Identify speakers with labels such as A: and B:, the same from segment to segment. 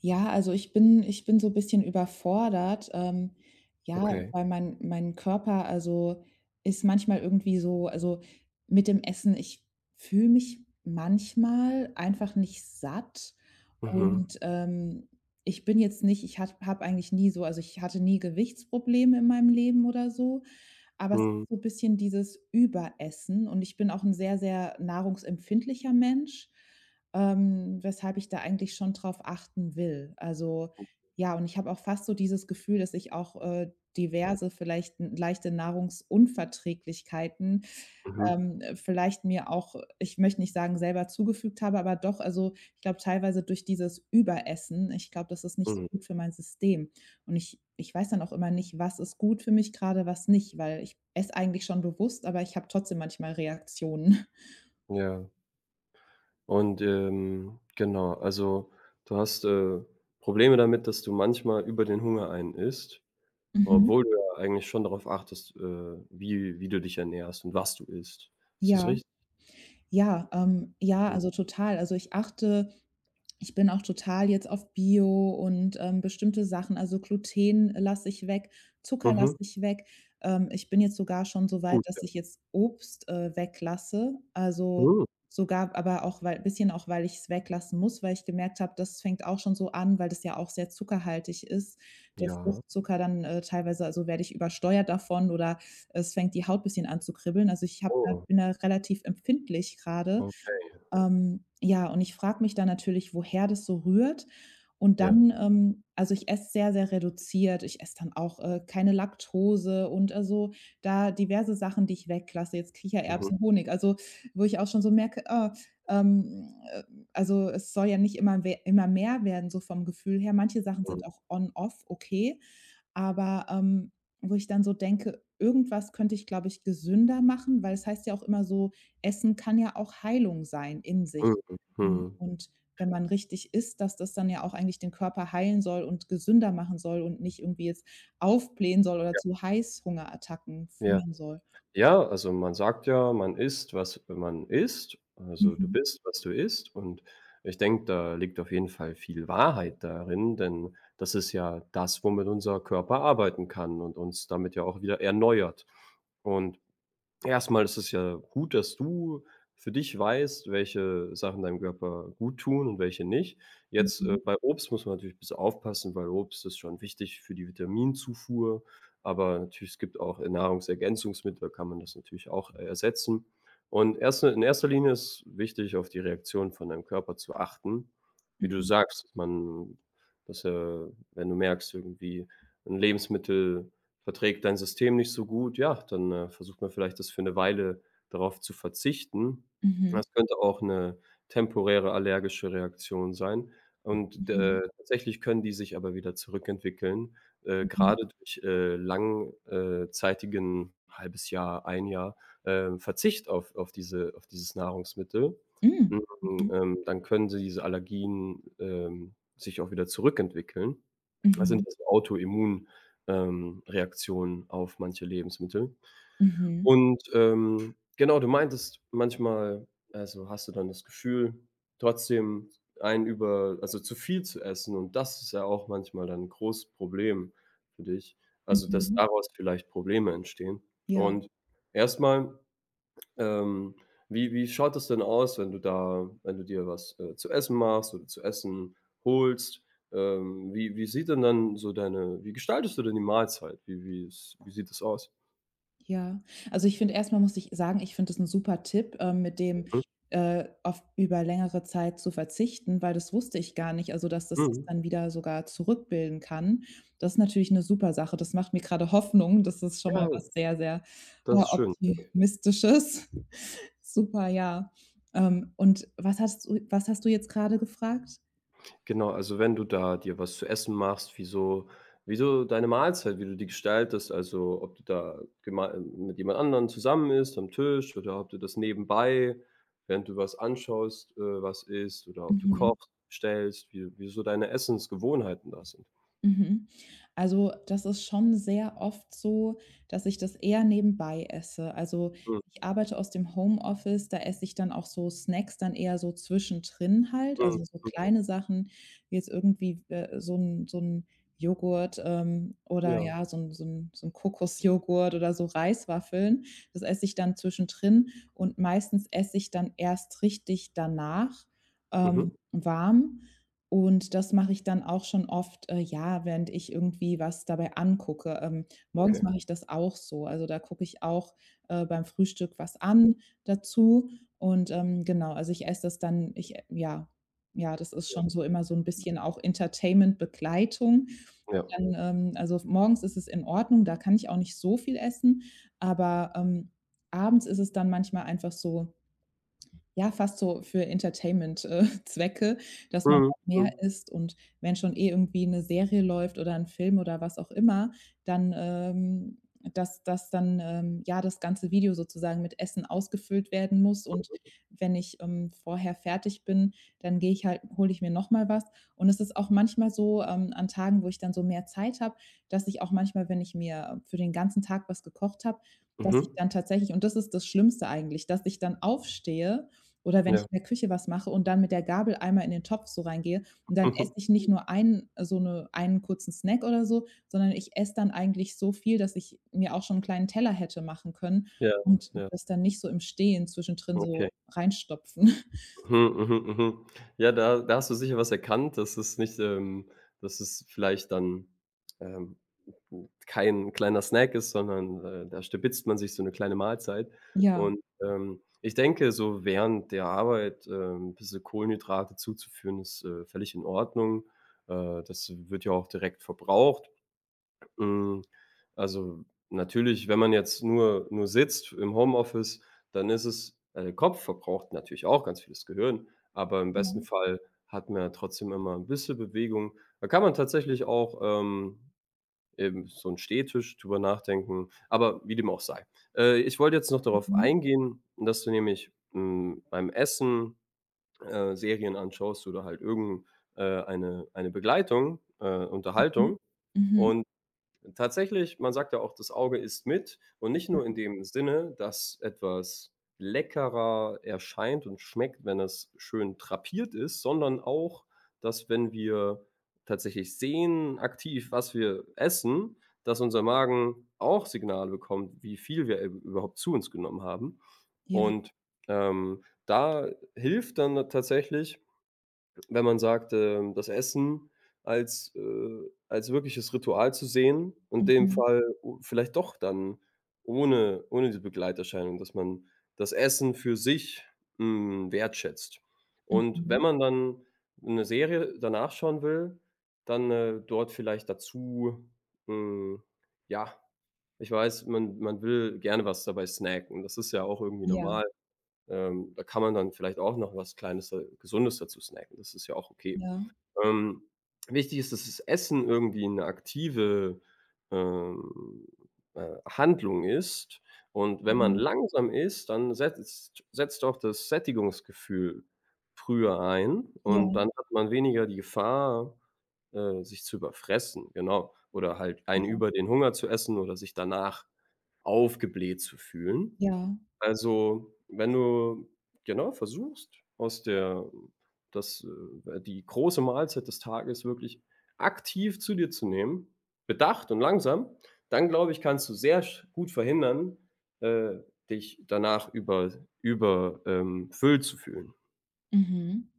A: Ja, also ich bin so 'n bisschen überfordert, ja,
B: Okay.
A: weil mein Körper, also, ist manchmal irgendwie so, also, mit dem Essen, ich fühle mich manchmal einfach nicht satt
B: Mhm.
A: und, ich bin jetzt nicht, ich hat habe hab hab eigentlich nie so, also, ich hatte nie Gewichtsprobleme in meinem Leben oder so. Aber es ist
B: Mhm.
A: so 'n bisschen dieses Überessen, und ich bin auch ein sehr, sehr nahrungsempfindlicher Mensch, weshalb ich da eigentlich schon drauf achten will. Also, ja, und ich habe auch fast so dieses Gefühl, dass ich auch, diverse, vielleicht n leichte Nahrungsunverträglichkeiten,
B: Mhm.
A: vielleicht mir auch, ich möchte nicht sagen, selber zugefügt habe, aber doch, also, ich glaube, teilweise durch dieses Überessen, ich glaube, das ist nicht so
B: Mhm.
A: gut für mein System. Und ich weiß dann auch immer nicht, was ist gut für mich gerade, was nicht, weil ich esse eigentlich schon bewusst, aber ich habe trotzdem manchmal Reaktionen.
B: Ja. Und, genau, also, du hast, Probleme damit, dass du manchmal über den Hunger einen isst,
A: Mhm.
B: obwohl du ja eigentlich schon darauf achtest, wie du dich ernährst und was du isst. Ist das
A: Ja,
B: richtig?
A: ja, ja,
B: Mhm.
A: also total. Also, ich achte. Ich bin auch total jetzt auf Bio und, bestimmte Sachen, also Gluten lasse ich weg, Zucker lasse
B: Mhm.
A: ich weg. Ich bin jetzt sogar schon so weit,
B: Gut, ja.
A: dass ich jetzt Obst, weglasse. Also,
B: Mhm.
A: sogar, aber auch weil bisschen auch, weil ich es weglassen muss, weil ich gemerkt habe, das fängt auch schon so an, weil das ja auch sehr zuckerhaltig ist. Der
B: Ja.
A: Fruchtzucker dann, teilweise, also werde ich übersteuert davon, oder es fängt die Haut bisschen an zu kribbeln. Also, ich habe da,
B: Oh,
A: bin da relativ empfindlich gerade.
B: okay.
A: Ja, und ich frage mich dann natürlich, woher das so rührt. Und
B: Ja.
A: dann, also, ich esse sehr, sehr reduziert. Ich esse dann auch, keine Laktose und, also, da diverse Sachen, die ich weglasse, jetzt
B: Mhm.
A: Kichererbsen, Honig, also, wo ich auch schon so merke, ah, ähm, äh, also, es soll ja nicht immer we immer mehr werden, so vom Gefühl her. Manche Sachen
B: Mhm.
A: sind auch on off okay. Aber, wo ich dann so denke: „Irgendwas könnte ich, glaube ich, gesünder machen“, weil es heißt ja auch immer so, Essen kann ja auch Heilung sein in
B: Mhm.
A: sich. Hm,
B: Mhm.
A: und wenn man richtig isst, dass das dann ja auch eigentlich den Körper heilen soll und gesünder machen soll und nicht irgendwie jetzt aufblähen soll oder
B: Ja.
A: zu Heißhungerattacken
B: Ja.
A: führen soll.
B: Ja, also man sagt ja, man isst, was man isst. Also du
A: Mhm,
B: bist, was du isst. Und ich denke, da liegt auf jeden Fall viel Wahrheit darin, denn das ist ja das, womit unser Körper arbeiten kann und uns damit ja auch wieder erneuert. Und erstmal ist es ja gut, dass du für dich weißt, welche Sachen deinem Körper gut tun und welche nicht. Jetzt,
A: mhm,
B: bei Obst muss man natürlich ein bisschen aufpassen, weil Obst ist schon wichtig für die Vitaminzufuhr, aber natürlich es gibt auch, Nahrungsergänzungsmittel, da kann man das natürlich auch, ersetzen. Und erst in erster Linie ist wichtig, auf die Reaktion von deinem Körper zu achten. Wie du
A: mhm,
B: sagst, man dass, wenn du merkst, irgendwie ein Lebensmittel verträgt dein System nicht so gut, ja, dann, versucht man vielleicht, das für eine Weile darauf zu verzichten.
A: mhm,
B: Das könnte auch eine temporäre allergische Reaktion sein und,
A: mhm,
B: tatsächlich können die sich aber wieder zurückentwickeln,
A: mhm.
B: grade durch, lang Jahr, ein Jahr, Verzicht auf diese auf dieses Nahrungsmittel. Hm,
A: Hm, mhm,
B: Dann können sie diese Allergien, sich auch wieder zurückentwickeln. Das sind
A: mhm,
B: also Autoimmun Reaktion auf manche Lebensmittel.
A: mhm,
B: Und, genau, du meintest manchmal, also, hast du dann das Gefühl, trotzdem ein über also, zu viel zu essen und das ist ja auch manchmal dann ein großes Problem für dich.
A: mhm,
B: Also, dass
A: mhm.
B: daraus vielleicht Probleme entstehen
A: Ja.
B: und erstmal ähm, wie schaut es denn aus, wenn du da wenn du dir was, zu essen machst oder zu essen holst? Wie sieht denn dann so deine wie gestaltest du denn die Mahlzeit? Wie sieht es aus?
A: Ja, also, ich finde erstmal, muss ich sagen, ich finde das ein super Tipp, mit dem,
B: Mhm,
A: auf über längere Zeit zu verzichten, weil das wusste ich gar nicht, also, dass das das
B: mhm.
A: dann wieder sogar zurückbilden kann. Das ist natürlich eine super Sache. Das macht mir gerade Hoffnung. Das ist schon
B: Ja,
A: mal was sehr, sehr,
B: das ist schön.
A: Optimistisches. Super, ja. Und was hast du jetzt gerade gefragt?
B: Genau, also wenn du da dir was zu essen machst, wie so deine Mahlzeit wie du die gestaltest, also ob du da gemei mit jemand anderen zusammen isst am Tisch oder ob du das nebenbei, während du was anschaust, was isst oder ob du
A: Mhm.
B: kochst, stellst, wie so deine Essensgewohnheiten da sind.
A: Mhm. Also, das ist schon sehr oft so, dass ich das eher nebenbei esse. Also,
B: Mhm,
A: ich arbeite aus dem Homeoffice, da esse ich dann auch so Snacks dann eher so zwischendrin halt,
B: mhm,
A: also so
B: mhm,
A: kleine Sachen, wie jetzt irgendwie so ein Joghurt, oder
B: ja.
A: ja, so 'n Kokosjoghurt oder so Reiswaffeln. Das esse ich dann zwischendrin, und meistens esse ich dann erst richtig danach,
B: Mhm,
A: warm. Und das mache ich dann auch schon oft, ja, während ich irgendwie was dabei angucke. Morgens
B: okay.
A: mache ich das auch so. Also, da gucke ich auch, beim Frühstück was an dazu, und, genau, also, ich esse das dann, ich, ja, ja, das ist
B: Ja,
A: schon so immer so ein bisschen auch Entertainment-Begleitung.
B: ja.
A: Dann, also, morgens ist es in Ordnung, da kann ich auch nicht so viel essen, aber, abends ist es dann manchmal einfach so, ja, fast so für Entertainment, Zwecke, dass man
B: Mhm,
A: auch mehr
B: mhm,
A: isst, und wenn schon eh irgendwie 'ne Serie läuft oder 'n Film oder was auch immer, dann, dass dann, ja, das ganze Video sozusagen mit Essen ausgefüllt werden muss, und wenn ich, vorher fertig bin, dann gehe ich halt hole ich mir noch mal was, und es ist auch manchmal so, an Tagen, wo ich dann so mehr Zeit habe, dass ich auch manchmal, wenn ich mir für den ganzen Tag was gekocht habe, dass ich
B: mhm.
A: dann tatsächlich, und das ist das Schlimmste eigentlich, dass ich dann aufstehe oder wenn
B: Ja.
A: ich in der Küche was mache und dann mit der Gabel einmal in den Topf so reingehe, und dann esse ich nicht nur einen, so 'ne, einen kurzen Snack oder so, sondern ich esse dann eigentlich so viel, dass ich mir auch schon 'n kleinen Teller hätte machen können,
B: Ja,
A: und
B: ja,
A: das dann nicht so im Stehen zwischendrin
B: okay.
A: so reinstopfen.
B: Mhm, mhm, mhm. Ja, da da hast du sicher was erkannt, dass es nicht dass es vielleicht dann, ähm, kein kleiner Snack ist, sondern, da stibitzt man sich so eine kleine Mahlzeit.
A: Ja,
B: Und, ich denke, so während der Arbeit, bisschen Kohlenhydrate zuzuführen, ist, völlig in Ordnung. Das wird ja auch direkt verbraucht. Hm, also natürlich, wenn man jetzt nur sitzt im Homeoffice, dann ist es der Kopf verbraucht natürlich auch ganz vieles Gehirn, aber im
A: ja.
B: besten Fall hat man ja trotzdem immer ein bisschen Bewegung. Da kann man tatsächlich auch, eben so einen Stehtisch drüber nachdenken, aber wie dem auch sei. Ich wollte jetzt noch darauf
A: Mhm,
B: eingehen, dass du nämlich, beim Essen, Serien anschaust oder halt irgendeine eine Begleitung,
A: mhm.
B: Unterhaltung
A: Mhm.
B: und tatsächlich, man sagt ja auch, das Auge isst mit und nicht nur in dem Sinne, dass etwas leckerer erscheint und schmeckt, wenn es schön drapiert ist, sondern auch, dass wenn wir tatsächlich sehen aktiv, was wir essen, dass unser Magen auch Signale bekommt, wie viel wir überhaupt zu uns genommen haben.
A: Ja, ja.
B: Und da hilft dann tatsächlich wenn man sagt, das Essen als, als wirkliches Ritual zu sehen, in dem
A: Mhm,
B: Fall o vielleicht doch dann ohne diese Begleiterscheinung, dass man das Essen für sich, wertschätzt. Und wenn
A: mhm.
B: man dann eine Serie danach schauen will, dann, dort vielleicht dazu hm, ja, ich weiß, man will gerne was dabei snacken. Das ist ja auch irgendwie
A: Ja,
B: normal. Da kann man dann vielleicht auch noch was Kleines, Gesundes dazu snacken. Das ist ja auch okay.
A: ja.
B: Ähm, Wichtig ist, dass das Essen irgendwie eine aktive, ähm, Handlung ist. Und wenn man
A: Mhm.
B: langsam isst, dann setzt auch das Sättigungsgefühl früher ein
A: Ja,
B: und dann hat man weniger die Gefahr, sich zu überfressen, genau. Oder halt einen
A: ja,
B: über den Hunger zu essen oder sich danach aufgebläht zu fühlen.
A: ja.
B: Also, wenn du, genau, versuchst, aus der das die große Mahlzeit des Tages wirklich aktiv zu dir zu nehmen, bedacht und langsam, dann glaube ich, kannst du sehr sch gut verhindern, äh, dich danach über füllt zu fühlen.
A: Mhm.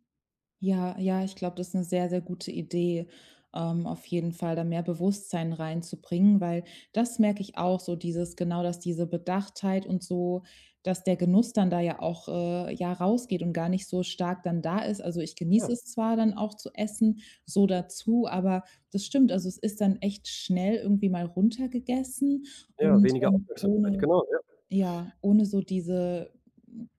A: Ja, ja, ich glaube, das ist eine sehr, sehr gute Idee, auf jeden Fall da mehr Bewusstsein reinzubringen, weil das merke ich auch so, dieses, genau, dass diese Bedachtheit und so, dass der Genuss dann da ja auch, ja, rausgeht und gar nicht so stark dann da ist. Also, ich
B: Ja,
A: genieße es zwar dann auch zu essen, so dazu, aber das stimmt. Also, es ist dann echt schnell irgendwie mal runtergegessen
B: ja,
A: und,
B: weniger Aufmerksamkeit,
A: ohne,
B: genau, ja.
A: ja, ohne so diese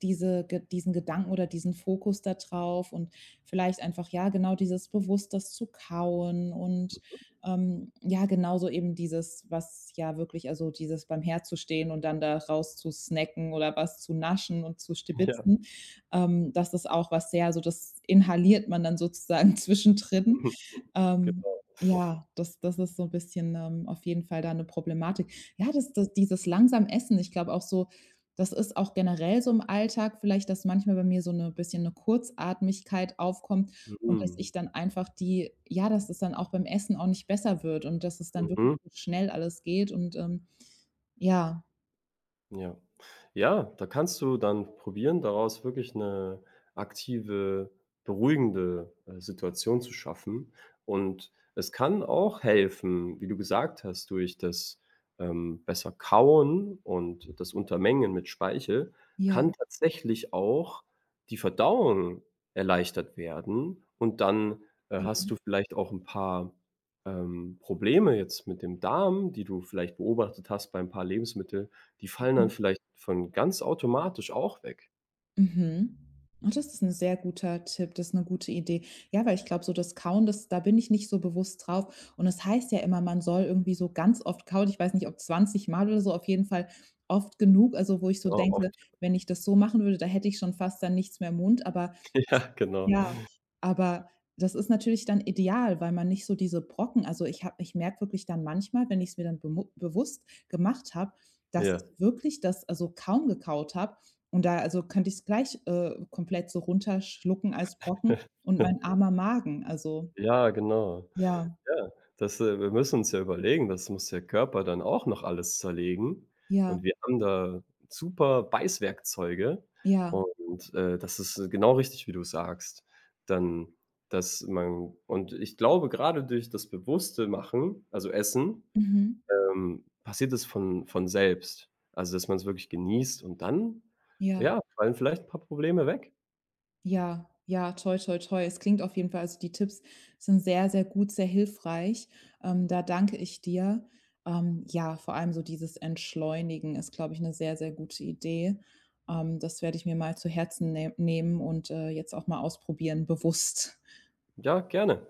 A: diese Ge diesen Gedanken oder diesen Fokus da drauf, und vielleicht einfach, ja, genau dieses bewusst das zu kauen und, ja, genauso eben dieses, was ja wirklich, also dieses beim Herd zu stehen und dann da raus zu snacken oder was zu naschen und zu
B: Ja,
A: stibitzen, das ist auch was sehr, so das inhaliert man dann sozusagen zwischendrin. Ähm,
B: genau.
A: ja, das das ist so ein bisschen, auf jeden Fall da eine Problematik. Ja, das das dieses langsam Essen, ich glaube auch so, das ist auch generell so im Alltag vielleicht, dass manchmal bei mir so 'ne bisschen eine Kurzatmigkeit aufkommt und dass
B: Mhm,
A: ich dann einfach die, ja, dass es dann auch beim Essen auch nicht besser wird und dass es dann wirklich
B: mhm.
A: so schnell alles geht und, ja,
B: Ja. Ja, da kannst du dann probieren, daraus wirklich eine aktive, beruhigende, Situation zu schaffen. Und es kann auch helfen, wie du gesagt hast, durch das, besser Kauen und das Untermengen mit Speichel
A: ja,
B: kann tatsächlich auch die Verdauung erleichtert werden. Und dann, hast
A: ja.
B: du vielleicht auch ein paar, Probleme jetzt mit dem Darm, die du vielleicht beobachtet hast bei ein paar Lebensmittel, die fallen dann vielleicht von ganz automatisch auch weg.
A: Mhm. Ah, das ist ein sehr guter Tipp, das ist eine gute Idee. Ja, weil ich glaube, so das Kauen, das, da bin ich nicht so bewusst drauf. Und es heißt ja immer, man soll irgendwie so ganz oft kauen. Ich weiß nicht, ob 20 Mal oder so, auf jeden Fall oft genug. Also, wo ich so
B: Ja,
A: denke,
B: oft.
A: wenn ich das so machen würde, da hätte ich schon fast dann nichts mehr im Mund, aber
B: Ja,
A: das,
B: genau.
A: ja, aber das ist natürlich dann ideal, weil man nicht so diese Brocken, also, ich habe, ich merke wirklich dann manchmal, wenn ich es mir dann bemu bewusst gemacht habe, dass ich
B: Ja.
A: wirklich das also kaum gekaut habe und da, also, könnte ich's gleich, komplett so runterschlucken als Brocken, und mein armer Magen, also,
B: Ja, genau.
A: ja,
B: Ja, das, wir müssen uns ja überlegen, das muss der Körper dann auch noch alles zerlegen und
A: ja,
B: wir haben da super Beißwerkzeuge
A: ja,
B: und, das ist genau richtig, wie du sagst. Dann dass man und ich glaube, gerade durch das bewusste Machen, also Essen,
A: mhm,
B: passiert es von selbst. Also, dass man es wirklich genießt und dann,
A: ja,
B: ja, fallen vielleicht ein paar Probleme weg.
A: ja, ja, toi, toi, toi. Es klingt auf jeden Fall, also, die Tipps sind sehr, sehr gut, sehr hilfreich. Da danke ich dir. Ja, vor allem so dieses Entschleunigen ist, glaube ich, 'ne sehr, sehr gute Idee. Das werde ich mir mal zu Herzen nehmen und, jetzt auch mal ausprobieren, bewusst.
B: Ja, gerne.